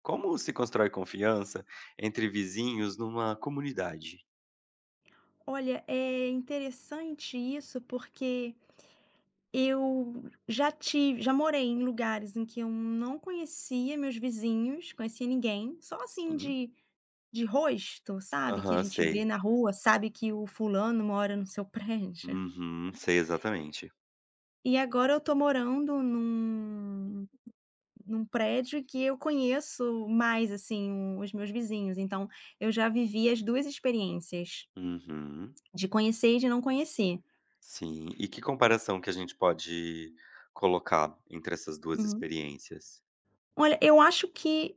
Como se constrói confiança entre vizinhos numa comunidade? Olha, é interessante isso porque eu já morei em lugares em que eu não conhecia meus vizinhos, conhecia ninguém, só assim Sim. de rosto, sabe, que a Aham, gente vê sei. na rua, sabe que o fulano mora no seu prédio. Uhum, sei exatamente. E agora eu tô morando num prédio que eu conheço mais, assim, os meus vizinhos, então eu já vivi as 2 experiências, Uhum, de conhecer e de não conhecer. sim. E que comparação que a gente pode colocar entre essas duas Uhum. experiências? Olha, eu acho que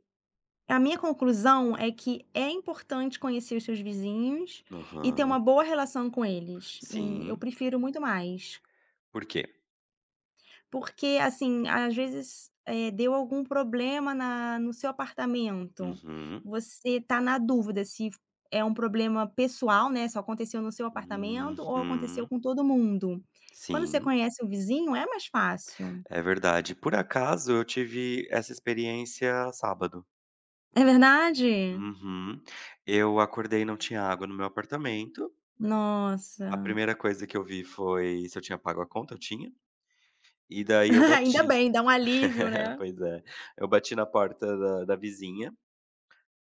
a minha conclusão é que é importante conhecer os seus vizinhos e ter uma Aham, boa relação com eles, e eu sim. prefiro muito mais. Por quê? Porque, assim, às vezes, deu algum problema na no seu apartamento, Uhum, você tá na dúvida se é um problema pessoal, né, só aconteceu no seu apartamento ou aconteceu uhum, com todo mundo. Quando você sim, conhece o vizinho é mais fácil. é verdade. Por acaso eu tive essa experiência sábado. É verdade? Uhum. Eu acordei e não tinha água no meu apartamento. Nossa, A primeira coisa que eu vi foi se eu tinha pago a conta, eu tinha, e daí eu ainda bati. bem, dá um alívio, né? Pois é, eu bati na porta da vizinha,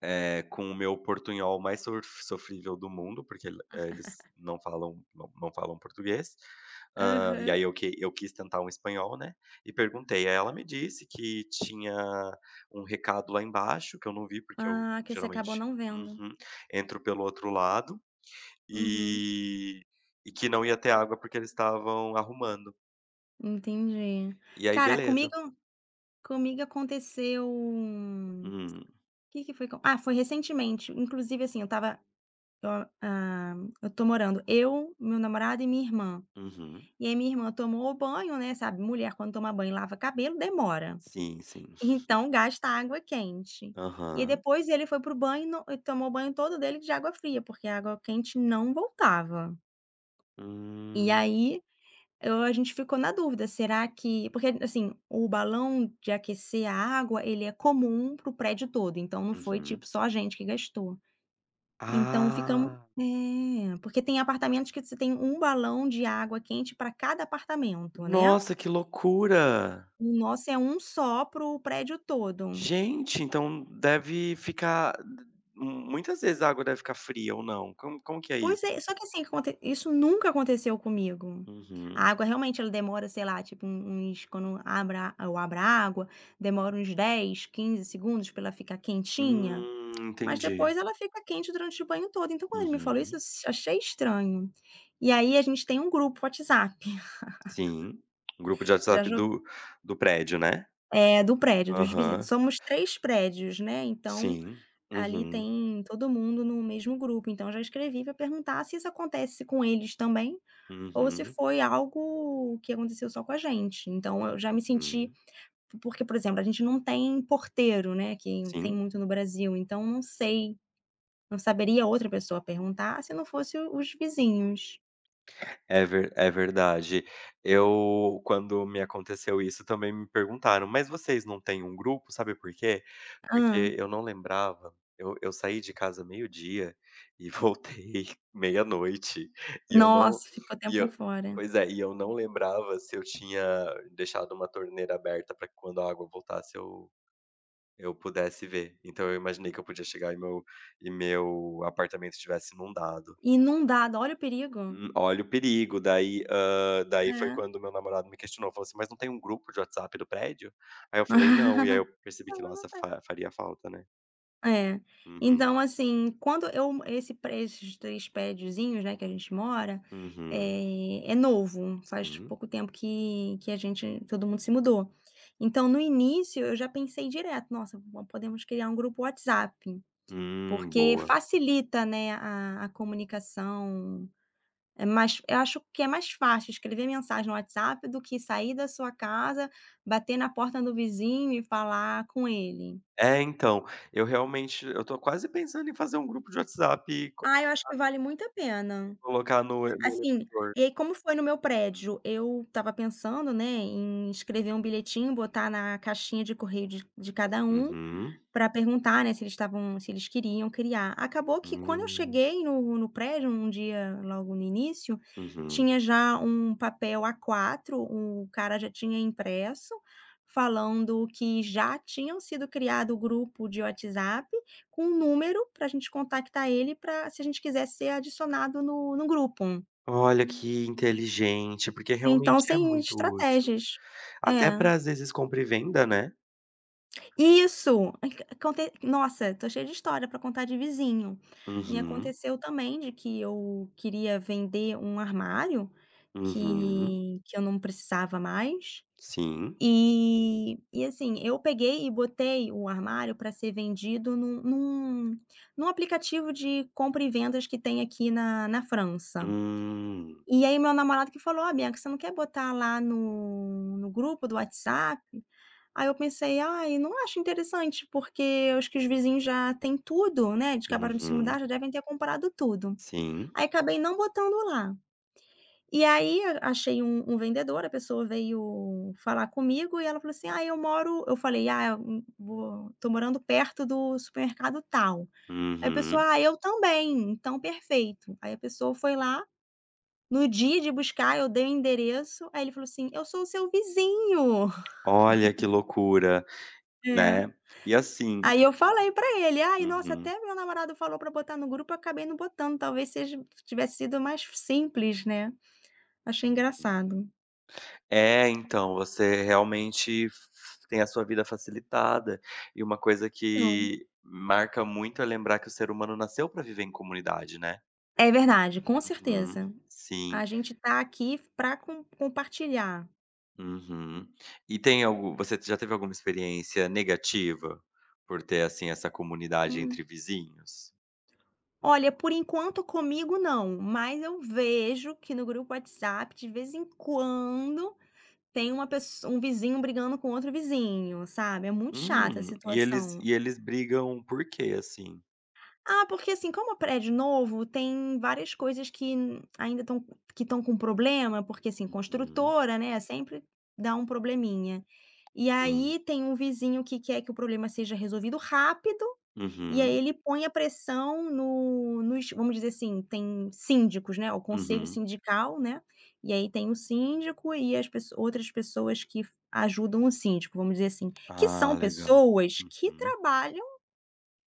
com o meu portunhol mais sorf sofrível do mundo, porque ele, eles não falam português. Hã, e Aham. aí eu quis tentar um espanhol, né, e perguntei. Aí ela me disse que tinha um recado lá embaixo, que eu não vi, porque eu Ah, que você acabou geralmente, não vendo. uhum, entro pelo outro lado, Uhum, e e que não ia ter água, porque eles estavam arrumando. entendi. E aí Cara, beleza. comigo aconteceu o Hum, que que foi co ah, foi recentemente, inclusive, assim, eu, ah, eu tô morando eu, meu namorado e minha irmã. uhum. E aí minha irmã tomou o banho, né, sabe, mulher quando toma banho e lava cabelo demora, Sim, sim. então gasta água quente. E aí Aham. depois ele foi pro o banho e no e tomou o banho todo dele de água fria, porque a água quente não voltava. E Hum, aí Eu a gente ficou na dúvida, será que porque, assim, o balão de aquecer a água, ele é comum pro prédio todo, então não foi, uhum. tipo, só a gente que gastou. Então ficamos, Ah, é, porque tem apartamentos que você tem um balão de água quente para cada apartamento, né. nossa, que loucura! O nosso é um só pro prédio todo. Gente, então deve ficar, muitas vezes a água deve ficar fria, ou não? Como que é Pois é, isso? só que assim, aconte isso nunca aconteceu comigo. A Uhum. água realmente ela demora, sei lá, tipo uns quando abra eu abro a água, demora uns 10 15 segundos pra ela ficar quentinha, mas depois Entendi. ela fica quente durante o banho todo. Então quando ele me falou isso, eu Uhum. s achei estranho. E aí a gente tem um grupo WhatsApp, Sim. Um grupo de já WhatsApp jo do prédio, né? é, do prédio, dos vizinhos. Aham. Somos 3 prédios, né, então Sim. ali Uhum. tem todo mundo no mesmo grupo, então eu já escrevi para perguntar se isso acontece com eles também. Ou se Uhum, foi algo que aconteceu só com a gente. Então eu já me senti uhum. porque, por exemplo, a gente não tem porteiro, né, que tem Sim, muito no Brasil, então não sei, não saberia outra pessoa perguntar se não fosse os vizinhos. é ver é verdade. Eu, quando me aconteceu isso, também me perguntaram: "Mas vocês não têm um grupo?", sabe por quê? Hã. Porque eu não lembrava, eu saí de casa meio-dia e voltei meia-noite, e eu não, Nossa, ficou e tempão eu, fora. pois é, e eu não lembrava se eu tinha deixado uma torneira aberta para que, quando a água voltasse, eu pudesse ver. Então eu imaginei que eu podia chegar e meu apartamento estivesse inundado. Inundado, olha o perigo. Olha o perigo. Daí, daí foi É. quando meu namorado me questionou, falou assim: "Mas não tem um grupo de WhatsApp do prédio?" Aí eu falei: "Não", e aí eu percebi que, Não, não. nossa, fa faria falta, né. É. Uhum, Então, assim, quando eu esse pre esses 3 prédiozinhos, né, que a gente mora, uhum, é novo, faz sim. pouco tempo que a gente todo mundo se mudou. Então, no início, eu já pensei direto: "Nossa, po podemos criar um grupo WhatsApp", porque Boa. facilita, né, a comunicação, é mais eu acho que é mais fácil escrever mensagem no WhatsApp do que sair da sua casa, bater na porta do vizinho e falar com ele. É, então, eu realmente eu tô quase pensando em fazer um grupo de WhatsApp e co Ah, eu acho que vale muito a pena. colocar no Assim, elevador. e aí como foi no meu Uhum, prédio, eu estava pensando, né, em escrever um bilhetinho, botar na caixinha de correio de cada um, uhum, para perguntar, né, se eles queriam criar. Acabou que quando eu hum, cheguei no prédio, um dia logo no início, uhum. tinha já um papel A4, o cara já tinha impresso, falando que já tinham sido criado o grupo de WhatsApp com um número para a gente contactar ele para se a gente quisesse ser adicionado no grupo. Olha que inteligente, porque Então, realmente é sem muito útil. estratégias. Até É. para, às vezes, compra e venda, né. Isso! Ac aconte Nossa, tô cheia de história pra contar de vizinho. Me Uhum. aconteceu também de que eu queria vender um armário Uhum, que eu não precisava mais, sim. e assim, eu peguei e botei o armário para ser vendido num aplicativo de compra e vendas que tem aqui na França. Hum, E aí meu namorado que falou: "Ó, Bianca, você não quer botar lá no grupo do WhatsApp?" Aí eu pensei: "Ai, não acho interessante, porque acho que os vizinhos já têm tudo, né, eles acabaram de se mudar, uhum, já devem ter comprado tudo". sim. Aí acabei não botando lá. E aí achei um vendedor, a pessoa veio falar comigo e ela falou assim: "Ah, eu moro". Eu falei: "Ah, eu vou tô morando perto do supermercado tal". Aí a Uhum. pessoa: "Ah, eu também, então perfeito". Aí a pessoa foi lá no dia de buscar, eu dei o endereço, aí ele falou assim: "Eu sou o seu vizinho". Olha que loucura, É. né. E assim, Aí eu falei pra ele: "Ai, nossa, uhum, até meu namorado falou pra botar no grupo, eu acabei não botando, talvez seja tivesse sido mais simples, né". Achei uhum. engraçado. É, então, você realmente f tem a sua vida facilitada, e uma coisa Então que marca muito é lembrar que o ser humano nasceu para viver em comunidade, né. é verdade, com Uhum, certeza. A sim. gente tá aqui pra compartilhar. Uhum. E tem algo você já teve alguma experiência negativa por ter, assim, essa comunidade Hum. entre vizinhos? Olha, por enquanto comigo não, mas eu vejo que no grupo WhatsApp, de vez em quando, tem uma pesso um vizinho brigando com outro vizinho, sabe, é muito chata a E eles situação. e eles brigam por quê, assim? Ah, porque assim, como é prédio novo, tem várias coisas que estão com problema, porque assim, Uhum, construtora, né, sempre dá um probleminha. E sim. aí tem um vizinho que quer que o problema seja resolvido rápido e aí Uhum, ele põe a pressão no nos, vamos dizer assim, tem síndicos, né, o conselho uhum. sindical, né, e aí tem o síndico e as pesso outras pessoas que ajudam o síndico, vamos dizer assim, que são Ah, legal. pessoas Uhum.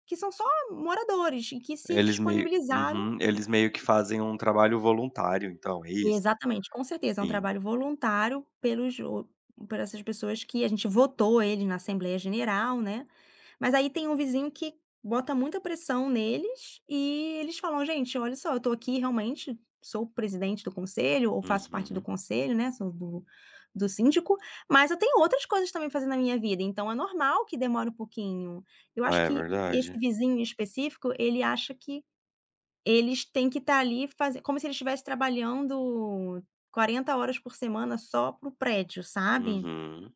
que são só moradores e que se Eles meio disponibilizaram. uhum, eles meio que fazem um trabalho voluntário, então, é isso? Exatamente, com certeza, é um Sim. trabalho voluntário pelos jo por essas pessoas que a gente votou ele na Assembleia General, né. Mas aí tem um vizinho que bota muita pressão neles e eles falam: "Gente, olha só, eu tô aqui realmente, sou o presidente do conselho ou faço parte do Uhum. conselho, né, sou do síndico, mas eu tenho outras coisas também fazendo na minha vida, então é normal que demore um pouquinho". Eu acho É que esse verdade. vizinho em específico, ele acha que eles têm que estar ali faze como se eles estivesse trabalhando 40 horas por semana só para o prédio, sabe. Uhum.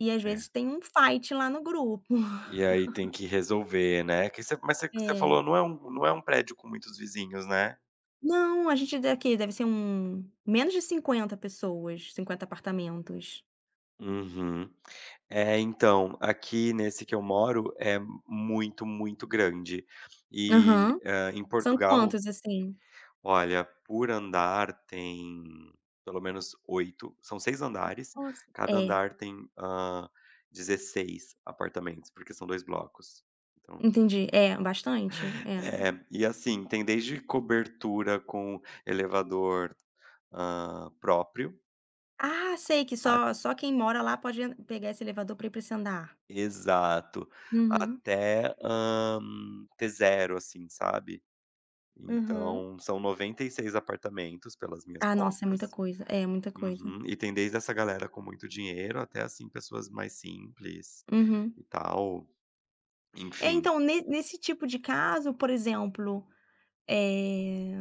E às vezes É. tem um fight lá no grupo. E aí tem que resolver, né, que você mas você você É. falou, não é um prédio com muitos vizinhos, né? Não, a gente é daqui deve ser um menos de 50 pessoas, 50 apartamentos. Uhum. É, então, aqui nesse que eu moro é muito, muito grande. E, Aham. Em São Portugal, quantos assim? olha, por andar tem pelo menos oito, são 6 andares, Nossa. cada É, andar tem, 16 apartamentos, porque são 2 blocos. Então entendi. É, bastante, é. é. E assim, tem desde cobertura com elevador, próprio, Ah, sei que a só quem mora lá pode en pegar esse elevador para ir para esse andar. exato, Uhum, até, t zero, assim, sabe? uhum. Então, são 96 apartamentos pelas minhas Ah, nossa, é muita contas. coisa, é muita coisa. Uhum. E tem desde essa galera com muito dinheiro até, assim, pessoas mais simples Uhum. e tal, É, enfim. então, ne nesse tipo de caso, por exemplo, eh,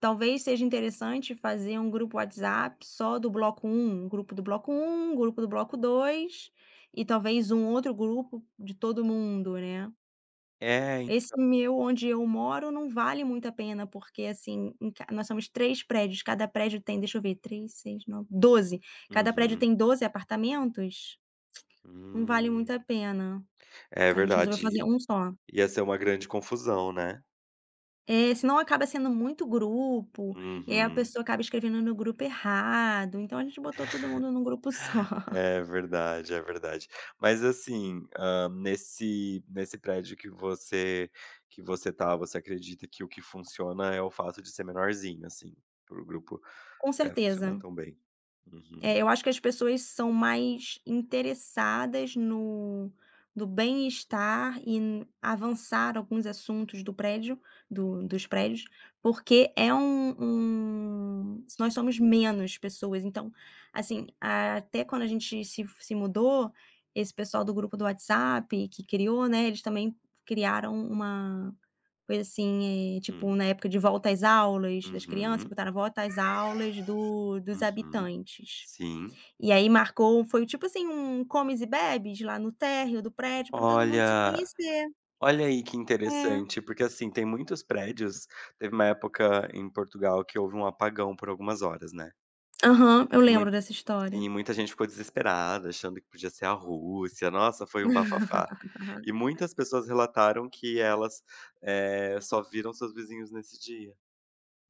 talvez seja interessante fazer um grupo WhatsApp só do bloco 1, um grupo do bloco 1, um grupo do bloco 2 e talvez um outro grupo de todo mundo, né. É. Esse meu onde eu moro não vale muito a pena, porque, assim, em ca nós somos 3 prédios, cada prédio tem, deixa eu ver, 3, 6, 9, 12. Cada prédio Uhum. tem 12 apartamentos, não vale muito Hum. a pena. É A gente resolveu fazer verdade. um só. Ia ser uma grande confusão, né. É, senão acaba sendo muito grupo, e aí a Uhum. pessoa acaba escrevendo no grupo errado, então a gente botou todo mundo num grupo só. É verdade, é verdade. Mas assim, nesse prédio que você tá, você acredita que o que funciona é o fato de ser menorzinho, assim, para o grupo, Com é, funcionar certeza. tão bem. É, Uhum, eu acho que as pessoas são mais interessadas no bem-estar e n avançar alguns assuntos do prédio do dos prédios, porque nós somos menos pessoas, então, assim, até quando a gente se mudou, esse pessoal do grupo do WhatsApp que criou, né, eles também criaram uma coisa assim, tipo, hum, na época de volta às aulas das crianças, uhum, botaram volta às aulas do dos uhum, habitantes. sim. E aí marcou foi tipo assim um comes e bebes lá no térreo do prédio para todo mundo se Olha, conhecer. olha aí que É. interessante, porque, assim, tem muitos prédios, teve uma época em Portugal que houve um apagão por algumas horas, né, Aham, eu e mui lembro dessa história. e muita gente ficou desesperada, achando que podia ser a Rússia, nossa, foi um bafafá. E muitas pessoas relataram que elas, só viram seus vizinhos nesse dia.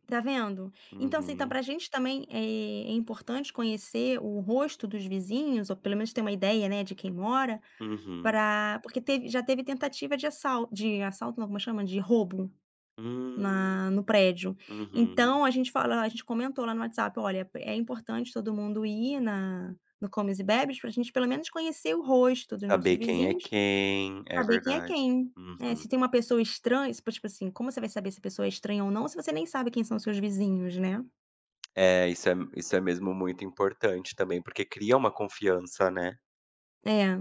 Tá vendo? Então assim, então Uhum, pra gente também é importante conhecer o rosto dos vizinhos, ou pelo menos ter uma ideia, né, de quem mora, uhum, para porque teve já teve tentativa de assalto não, como chama? De roubo. hum, Na no prédio. uhum. Então a gente comentou lá no WhatsApp: "Olha, é importante todo mundo ir na no comes e bebes para a gente pelo menos conhecer o rosto dos nossos Saber vizinhos, quem, é saber verdade. quem". É, se Uhum. tem uma pessoa estranha, tipo assim, como você vai saber se a pessoa é estranha ou não, se você nem sabe quem são seus vizinhos, né? É, isso é mesmo muito importante também, porque cria uma confiança, né. É.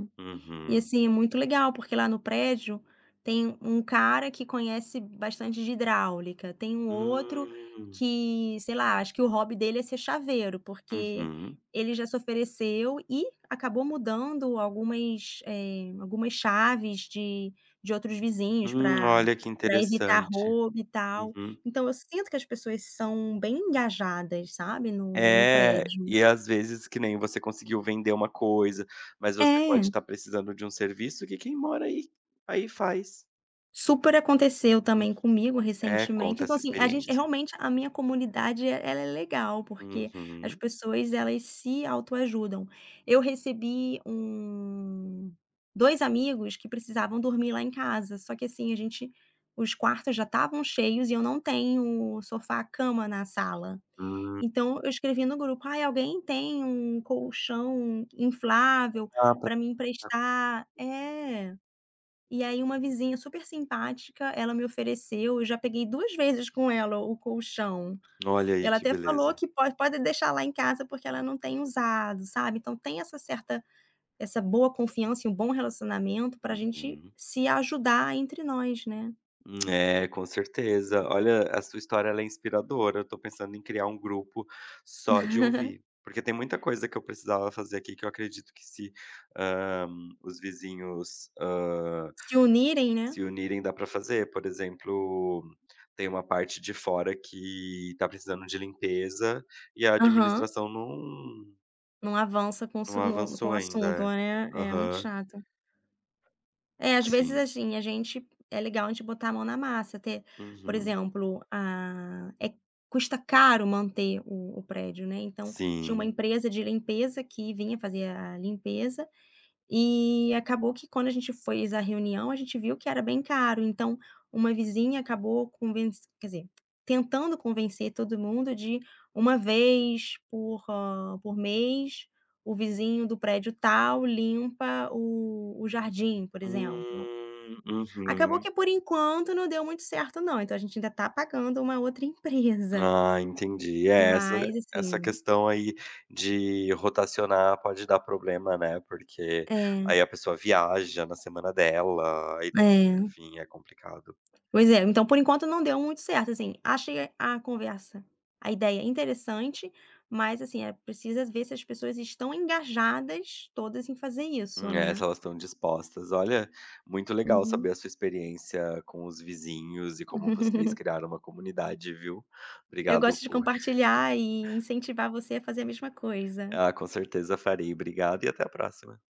E Uhum. assim, é muito legal, porque lá no prédio tem um cara que conhece bastante de hidráulica, tem um outro Hum. que, sei lá, acho que o hobby dele é ser chaveiro, porque Uhum. ele já se ofereceu e acabou mudando algumas chaves de outros vizinhos Olha que para evitar interessante. roubo e tal. Uhum. Então eu sinto que as pessoas são bem engajadas, sabe, no É, prédio. e às vezes que nem você conseguiu vender uma coisa, mas você pode É. estar precisando de um serviço que quem mora aí, faz. Super aconteceu Hum. também comigo É, recentemente, conta então essa assim, a gente experiência. realmente a minha comunidade ela é legal, porque as Uhum. pessoas elas se autoajudam. Eu recebi 2 amigos que precisavam dormir lá em casa, só que assim, a gente os quartos já estavam cheios e eu não tenho sofá-cama na sala. Hum. Então eu escrevi no grupo: "Ai, alguém tem um colchão inflável Ah, pra, para me emprestar?" É. E aí uma vizinha super simpática, ela me ofereceu, eu já peguei 2 vezes com ela o colchão. olha aí Ela que até falou beleza. que pode deixar lá em casa porque ela não tem usado, sabe. Então tem essa boa confiança e um bom relacionamento pra gente Uhum. se ajudar entre nós, né. É, com certeza. Olha, a sua história, ela é inspiradora. Eu tô pensando em criar um grupo só de ouvir. Porque tem muita coisa que eu precisava fazer aqui que eu acredito que, se ah, os vizinhos, Se unirem, né. se unirem, dá pra fazer. Por exemplo, tem uma parte de fora que tá precisando de limpeza, e a Aham. administração não, Não avança com o não su no com o avançou assunto, ainda. né. É muito Aham, chato. É, às vezes, sim. assim, a gente é legal a gente botar a mão na massa, ter por Uhum, exemplo, custa caro manter o prédio, né, então tinha uma sim. empresa de limpeza que vinha fazer a limpeza e acabou que quando a gente fez a reunião, a gente viu que era bem caro, então uma vizinha acabou convenc quer dizer, tentando convencer todo mundo de uma vez por mês, o vizinho do prédio tal limpa o jardim, por exemplo. Acabou Uhum. que por enquanto não deu muito certo não, então a gente ainda tá pagando uma outra empresa, Ah, entendi. É, essa mas essa assim questão aí de rotacionar pode dar problema, né, porque é, aí a pessoa viaja na semana dela, aí, é, enfim, é complicado. pois é, então por enquanto não deu muito certo, assim, achei a ideia interessante, mas assim, precisa ver se as pessoas estão engajadas todas em fazer isso, É, né. se elas estão dispostas. Olha, muito legal saber Uhum. a sua experiência com os vizinhos e como vocês criaram uma comunidade, viu. Eu Obrigado gosto de por, compartilhar e incentivar você a fazer a mesma coisa. Com certeza farei. Obrigado e até a próxima.